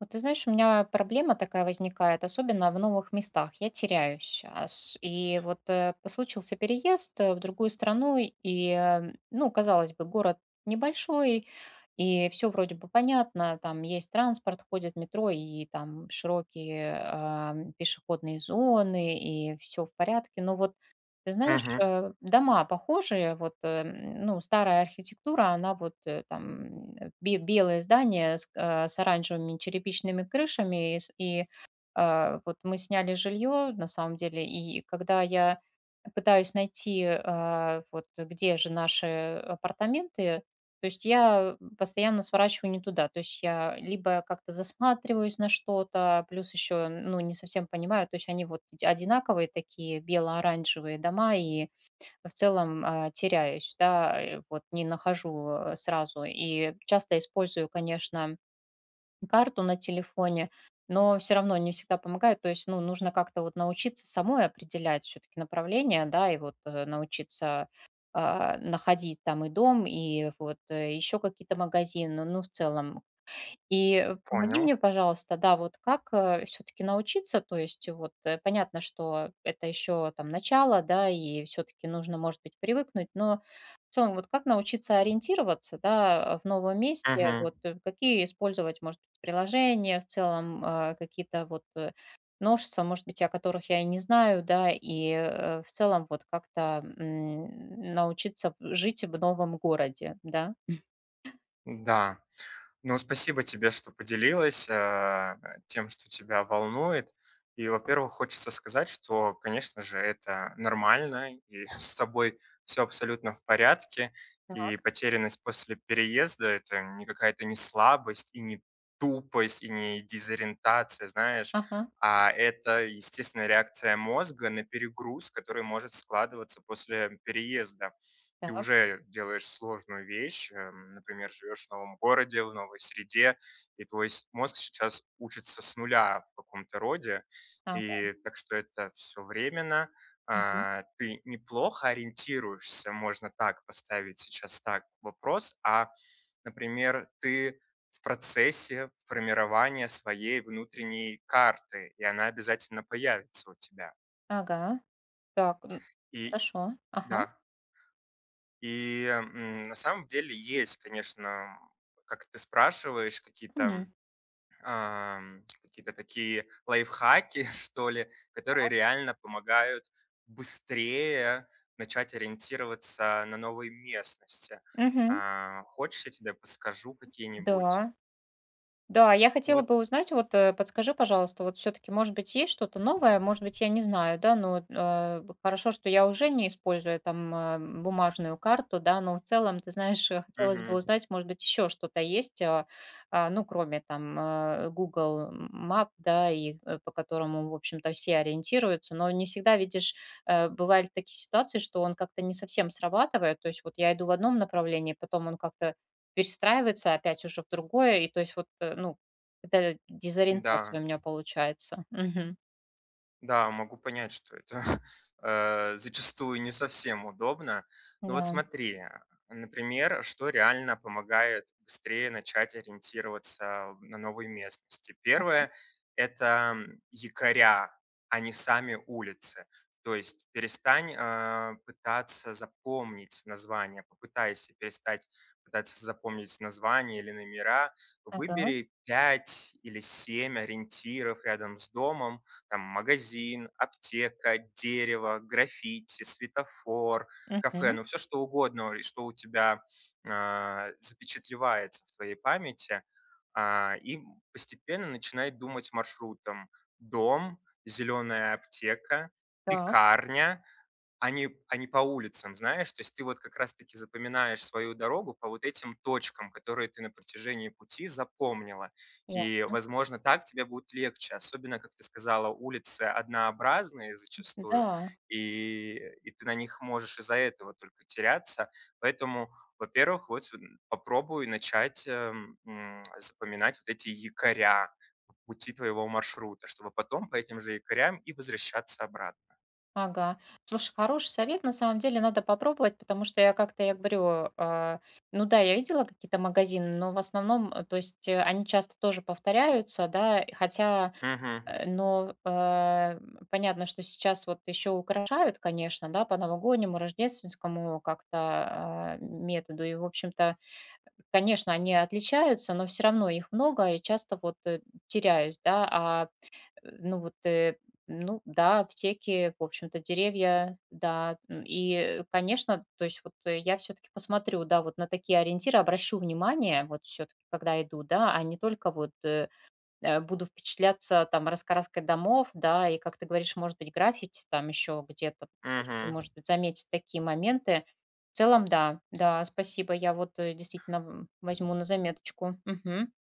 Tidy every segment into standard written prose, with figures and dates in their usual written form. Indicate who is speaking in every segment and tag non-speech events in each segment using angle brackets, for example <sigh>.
Speaker 1: Вот ты знаешь, у меня проблема такая возникает, особенно в новых местах. Я теряюсь. И вот случился переезд в другую страну, и, ну, казалось бы, город небольшой, и все вроде бы понятно, там есть транспорт, ходит метро, и там широкие пешеходные зоны, и все в порядке. Но вот ты знаешь,
Speaker 2: Мгм.
Speaker 1: дома похожие, вот, ну, старая архитектура, она белое здание с оранжевыми черепичными крышами, вот мы сняли жилье, на самом деле, и когда я пытаюсь найти, вот где же наши апартаменты, то есть я постоянно сворачиваю не туда. То есть я либо как-то засматриваюсь на что-то, плюс еще, ну, не совсем понимаю. То есть они вот одинаковые такие бело-оранжевые дома, и в целом теряюсь, да, вот не нахожу сразу. И часто использую, конечно, карту на телефоне, но все равно не всегда помогает. То есть, ну, нужно как-то вот научиться самой определять все таки направление, да, и вот, научиться, находить там и дом, и вот, еще какие-то магазины. Ну, в целом, помоги
Speaker 2: Понял.
Speaker 1: мне, пожалуйста, да, вот как, все таки научиться, то есть вот, понятно, что это еще там начало, да, и все таки нужно, может быть, привыкнуть, но в целом вот как научиться ориентироваться, да, в новом месте,
Speaker 2: Мгм.
Speaker 1: вот, какие использовать, может быть, приложения в целом, какие-то вот, новшества, может быть, о которых я и не знаю, да, и, в целом вот как-то, м, научиться в жить в новом городе, да.
Speaker 2: Да. Ну, спасибо тебе, что поделилась, тем, что тебя волнует. И, во-первых, хочется сказать, что, конечно же, это нормально, и <laughs> с тобой все абсолютно в порядке. И
Speaker 1: Так.
Speaker 2: потерянность после переезда- это не какая-то не слабость, и не тупость, и не дезориентация, знаешь,
Speaker 1: Ага.
Speaker 2: а это естественная реакция мозга на перегруз, который может складываться после переезда. Ты
Speaker 1: Так.
Speaker 2: уже делаешь сложную вещь, например, живешь в новом городе, в новой среде, и мозг сейчас учится с нуля в каком-то роде,
Speaker 1: Ага.
Speaker 2: и так что это все временно. Ты неплохо ориентируешься, можно так поставить сейчас так вопрос, например, ты в процессе формирования своей внутренней карты, и она обязательно появится у тебя.
Speaker 1: Ага. Так, м,
Speaker 2: И
Speaker 1: хорошо. Ага.
Speaker 2: да. И, на самом деле есть, конечно, как ты спрашиваешь, какие-то,
Speaker 1: Мгм.
Speaker 2: какие-то такие лайфхаки, <laughs> что ли, которые реально помогают быстрее начать ориентироваться на новой местности.
Speaker 1: Мгм.
Speaker 2: Хочешь, я тебе подскажу какие-нибудь?
Speaker 1: Да, да, я хотела
Speaker 2: Вот,
Speaker 1: бы узнать, вот подскажи, пожалуйста, вот все-таки, может быть, есть что-то новое, может быть, я не знаю, да, но хорошо, что я уже не использую там бумажную карту, да, но в целом, ты знаешь, хотелось бы
Speaker 2: мгм,
Speaker 1: узнать, может быть, еще что-то есть, ну, кроме там Google Map, да, и по которому, в общем-то, все ориентируются, но не всегда, видишь, бывали такие ситуации, что он как-то не совсем срабатывает, то есть вот я иду в одном направлении, потом он как-то перестраивается опять уже в другое, и то есть вот, ну, это
Speaker 2: да.
Speaker 1: дезориентация у меня получается. Мгм.
Speaker 2: Да, могу понять, что это <laughs> зачастую не совсем удобно. Но вот
Speaker 1: Да.
Speaker 2: смотри, например, что реально помогает быстрее начать ориентироваться на новой местности. Первое– это якоря, а не сами улицы. То есть перестань пытаться запомнить название, попытайся перестать пытаться запомнить название или номера,
Speaker 1: Ага.
Speaker 2: выбери 5 или 7 ориентиров рядом с домом, там магазин, аптека, дерево, граффити, светофор, кафе,
Speaker 1: Мгм.
Speaker 2: ну все что угодно, и что у тебя запечатлевается в твоей памяти, и постепенно начинай думать маршрутом. Дом, зеленая аптека,
Speaker 1: Так,
Speaker 2: пекарня, а не по улицам, знаешь? То есть ты вот как раз таки запоминаешь свою дорогу по вот этим точкам, которые ты на протяжении пути запомнила. И,
Speaker 1: ясно.
Speaker 2: возможно, так тебе будет легче. Особенно, как ты сказала, улицы однообразные зачастую,
Speaker 1: Да.
Speaker 2: и и ты на них можешь из-за этого только теряться. Поэтому, во-первых, вот н попробуй начать, запоминать вот эти якоря пути твоего маршрута, чтобы потом по этим же якорям и возвращаться обратно.
Speaker 1: Ага. Слушай, хороший совет, на самом деле надо попробовать, потому что я как-то, я говорю, ну да, я видела какие-то магазины, но в основном, то есть, они часто тоже повторяются, да, и хотя
Speaker 2: Мгм.
Speaker 1: Э, но, э, понятно, что сейчас вот еще украшают, конечно, да, по новогоднему, рождественскому как-то, методу. И, в общем-то, конечно, они отличаются, но все равно их много, и часто вот, теряюсь, да. Ну вот, ну да, аптеки, в общем-то, деревья, да. М, и, конечно, то есть вот я все таки посмотрю, да, вот на такие ориентиры, обращу внимание вот все таки когда иду, да, а не только вот, буду впечатляться там раскраской домов, да, и, как ты говоришь, может быть, граффити там еще где-то, то есть,
Speaker 2: Мгм.
Speaker 1: может быть, заметить такие моменты. В целом, да, да, спасибо, я вот действительно м, возьму на заметочку. Мгм.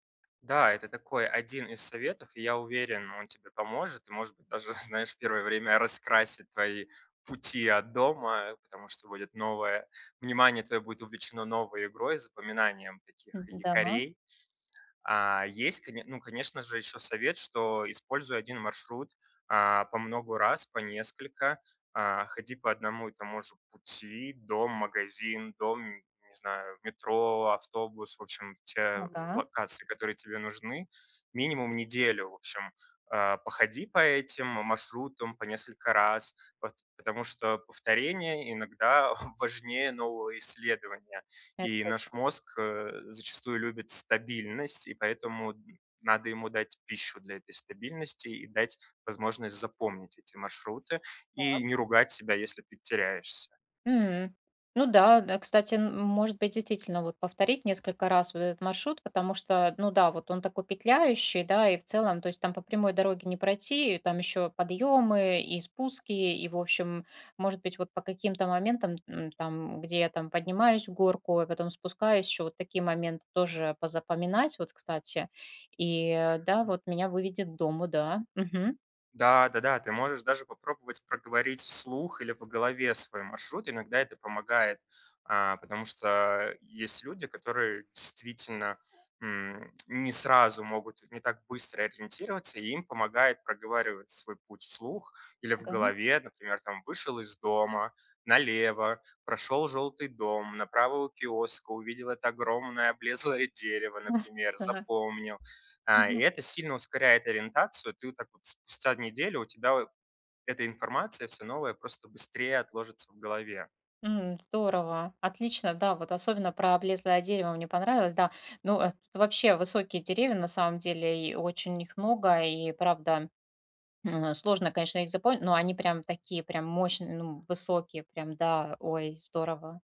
Speaker 2: Да, это такой один из советов, и я уверен, он тебе поможет, и, может быть, даже, <laughs> знаешь, в первое время раскрасит твои пути от дома, потому что будет новое, внимание твое будет увлечено новой игрой, запоминанием таких
Speaker 1: Да,
Speaker 2: якорей. Есть, конечно же, еще совет, что используй один маршрут, по много раз, по несколько. Ходи по одному и тому же пути: дом, магазин, дом, не знаю, метро, автобус. В общем, те
Speaker 1: ага,
Speaker 2: локации, которые тебе нужны. Минимум неделю, в общем, походи по этим маршрутам по несколько раз, потому что повторение иногда <laughs> важнее нового исследования.
Speaker 1: это
Speaker 2: И наш
Speaker 1: точно.
Speaker 2: мозг зачастую любит стабильность, и поэтому надо ему дать пищу для этой стабильности и дать возможность запомнить эти маршруты и не ругать себя, если ты теряешься.
Speaker 1: М. Ну да, да, кстати, н может быть, действительно, вот повторить несколько раз вот этот маршрут, потому что, ну да, вот он такой петляющий, да, и в целом, то есть там по прямой дороге не пройти, и там еще подъемы и спуски, и, в общем, может быть, вот по каким-то моментам, м, там, где я там поднимаюсь в горку, а потом спускаюсь, еще вот такие моменты тоже позапоминать, вот, кстати. И, да, вот меня выведет к дому, да. Мгм.
Speaker 2: Да-да-да, ты можешь даже попробовать проговорить вслух или в голове свой маршрут. Иногда это помогает, потому что есть люди, которые действительно не сразу могут, не так быстро ориентироваться, и им помогает проговаривать свой путь вслух или в
Speaker 1: Ага.
Speaker 2: голове. Например, там вышел из дома, налево, прошел желтый дом, направо у киоска, увидел это огромное облезлое дерево, например,
Speaker 1: <laughs>
Speaker 2: запомнил. И
Speaker 1: Ага.
Speaker 2: это сильно ускоряет ориентацию. Ты вот так вот спустя неделю у тебя вот эта информация все новая просто быстрее отложится в голове.
Speaker 1: М, здорово, отлично, да, вот особенно про облезлое дерево мне понравилось, да. Ну, вообще высокие деревья на самом деле, и очень их много, и правда, м, сложно, конечно, их запомнить, но они прям такие, прям мощные, ну, высокие, прям, да, ой, здорово.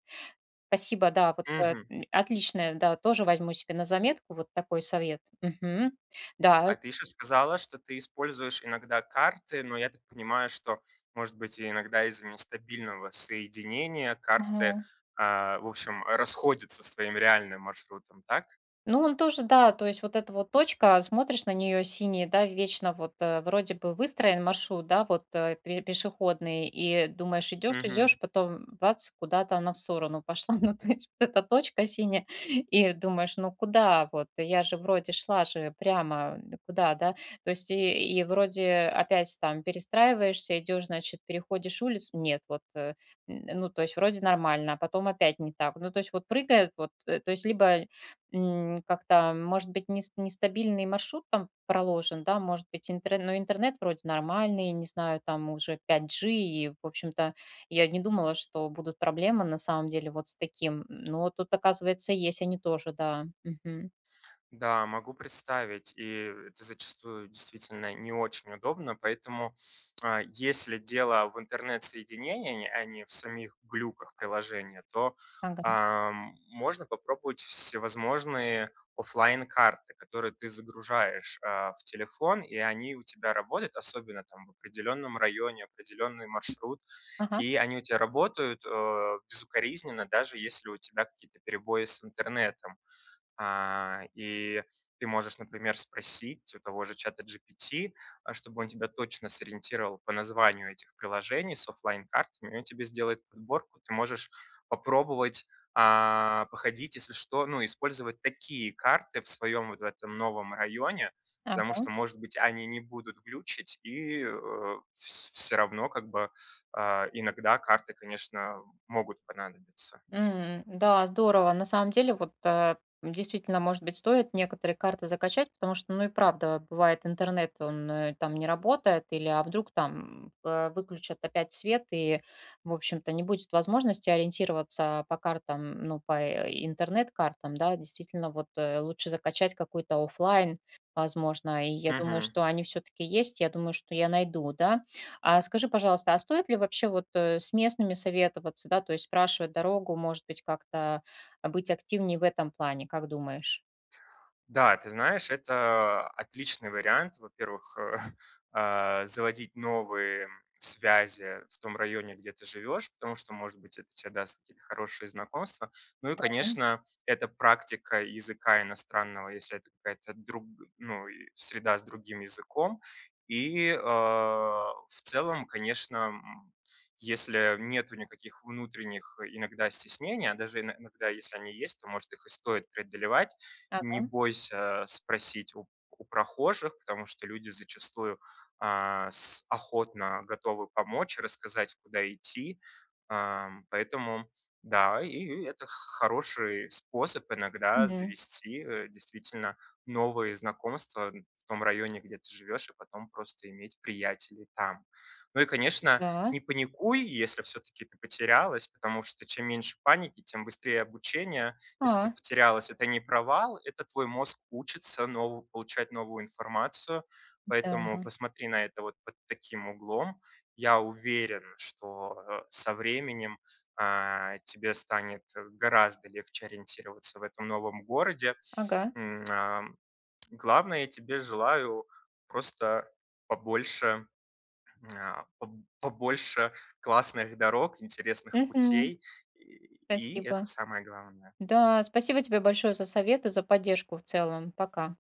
Speaker 1: Спасибо, да, вот
Speaker 2: Мгм.
Speaker 1: м, отличное, да, тоже возьму себе на заметку вот такой совет. Мгм. Да.
Speaker 2: А ты еще сказала, что ты используешь иногда карты, но я так понимаю, что, может быть, и иногда из-за нестабильного соединения карты,
Speaker 1: Ага.
Speaker 2: в общем, расходятся с твоим реальным маршрутом, так?
Speaker 1: Ну, он тоже, да, то есть вот эта вот точка, смотришь на нее синий, да, вечно вот вроде бы выстроен маршрут, да, вот пешеходный, и думаешь, идешь,
Speaker 2: Мгм.
Speaker 1: идешь, потом бац, куда-то она в сторону пошла, <laughs> ну, то есть вот эта точка синяя, и думаешь, ну, куда вот, я же вроде шла же прямо, куда, да, то есть и вроде опять там перестраиваешься, идешь, значит, переходишь улицу, нет, вот, ну, то есть вроде нормально, а потом опять не так, ну, то есть вот прыгает, вот, то есть либо м, как-то, может быть, нестабильный маршрут там проложен, да, может быть, интернет, но интернет вроде нормальный, не знаю, там уже 5G, и, в общем-то, я не думала, что будут проблемы на самом деле вот с таким. Но тут, оказывается, есть они тоже, да. Мгм.
Speaker 2: Да, могу представить, и это зачастую действительно не очень удобно, поэтому если дело в интернет-соединении, а не в самих глюках приложения, то
Speaker 1: Ага.
Speaker 2: можно попробовать всевозможные оффлайн карты, которые ты загружаешь в телефон, и они у тебя работают, особенно там в определенном районе, определенный маршрут,
Speaker 1: Ага.
Speaker 2: и они у тебя работают безукоризненно, даже если у тебя какие-то перебои с интернетом. И ты можешь, например, спросить у того же чата GPT, чтобы он тебя точно сориентировал по названию этих приложений с оффлайн-картами, и он тебе сделает подборку. Ты можешь попробовать походить, если что, ну, использовать такие карты в своем вот в этом новом районе, потому
Speaker 1: Ага.
Speaker 2: что, может быть, они не будут глючить, и все равно как бы иногда карты, конечно, могут понадобиться.
Speaker 1: М, да, здорово. На самом деле, вот, действительно, может быть, стоит некоторые карты закачать, потому что, ну и правда, бывает интернет, он, там не работает, или а вдруг там, выключат опять свет, и, в общем-то, не будет возможности ориентироваться по картам, ну, по, интернет-картам, да. Действительно, вот, лучше закачать какой-то оффлайн, возможно. И я думаю,
Speaker 2: Мгм.
Speaker 1: что они все-таки есть, я думаю, что я найду, да. А скажи, пожалуйста, а стоит ли вообще вот с местными советоваться, да, то есть спрашивать дорогу, может быть, как-то быть активнее в этом плане, как думаешь?
Speaker 2: Да, ты знаешь, это отличный вариант. Во-первых, <laughs> заводить новые связи в том районе, где ты живешь, потому что, может быть, это тебе даст какие-то хорошие знакомства. Ну и, конечно, это практика языка иностранного, если это какая-то друг, ну, и среда с другим языком. В целом, конечно, если нету никаких внутренних иногда стеснений, а даже иногда, если они есть, то, может, их и стоит преодолевать, не
Speaker 1: Ага.
Speaker 2: бойся спросить у прохожих, потому что люди зачастую, а, с охотно готовы помочь, рассказать, куда идти. Поэтому да, и это хороший способ иногда
Speaker 1: Мгм.
Speaker 2: завести, действительно новые знакомства в том районе, где ты живешь, и потом просто иметь приятелей там. Ну и, конечно,
Speaker 1: Да.
Speaker 2: не паникуй, если все-таки ты потерялась, потому что чем меньше паники, тем быстрее обучение. Если ты
Speaker 1: А,
Speaker 2: потерялась, это не провал, это твой мозг учится нову получать новую информацию, поэтому
Speaker 1: да.
Speaker 2: посмотри на это вот под таким углом. Я уверен, что, со временем, тебе станет гораздо легче ориентироваться в этом новом городе.
Speaker 1: Ага.
Speaker 2: М, а, Главное, я тебе желаю просто побольше, а, поб побольше классных дорог, интересных
Speaker 1: Мгм.
Speaker 2: путей, и это
Speaker 1: Спасибо.
Speaker 2: самое главное.
Speaker 1: Да, спасибо тебе большое за советы, за поддержку в целом. Пока.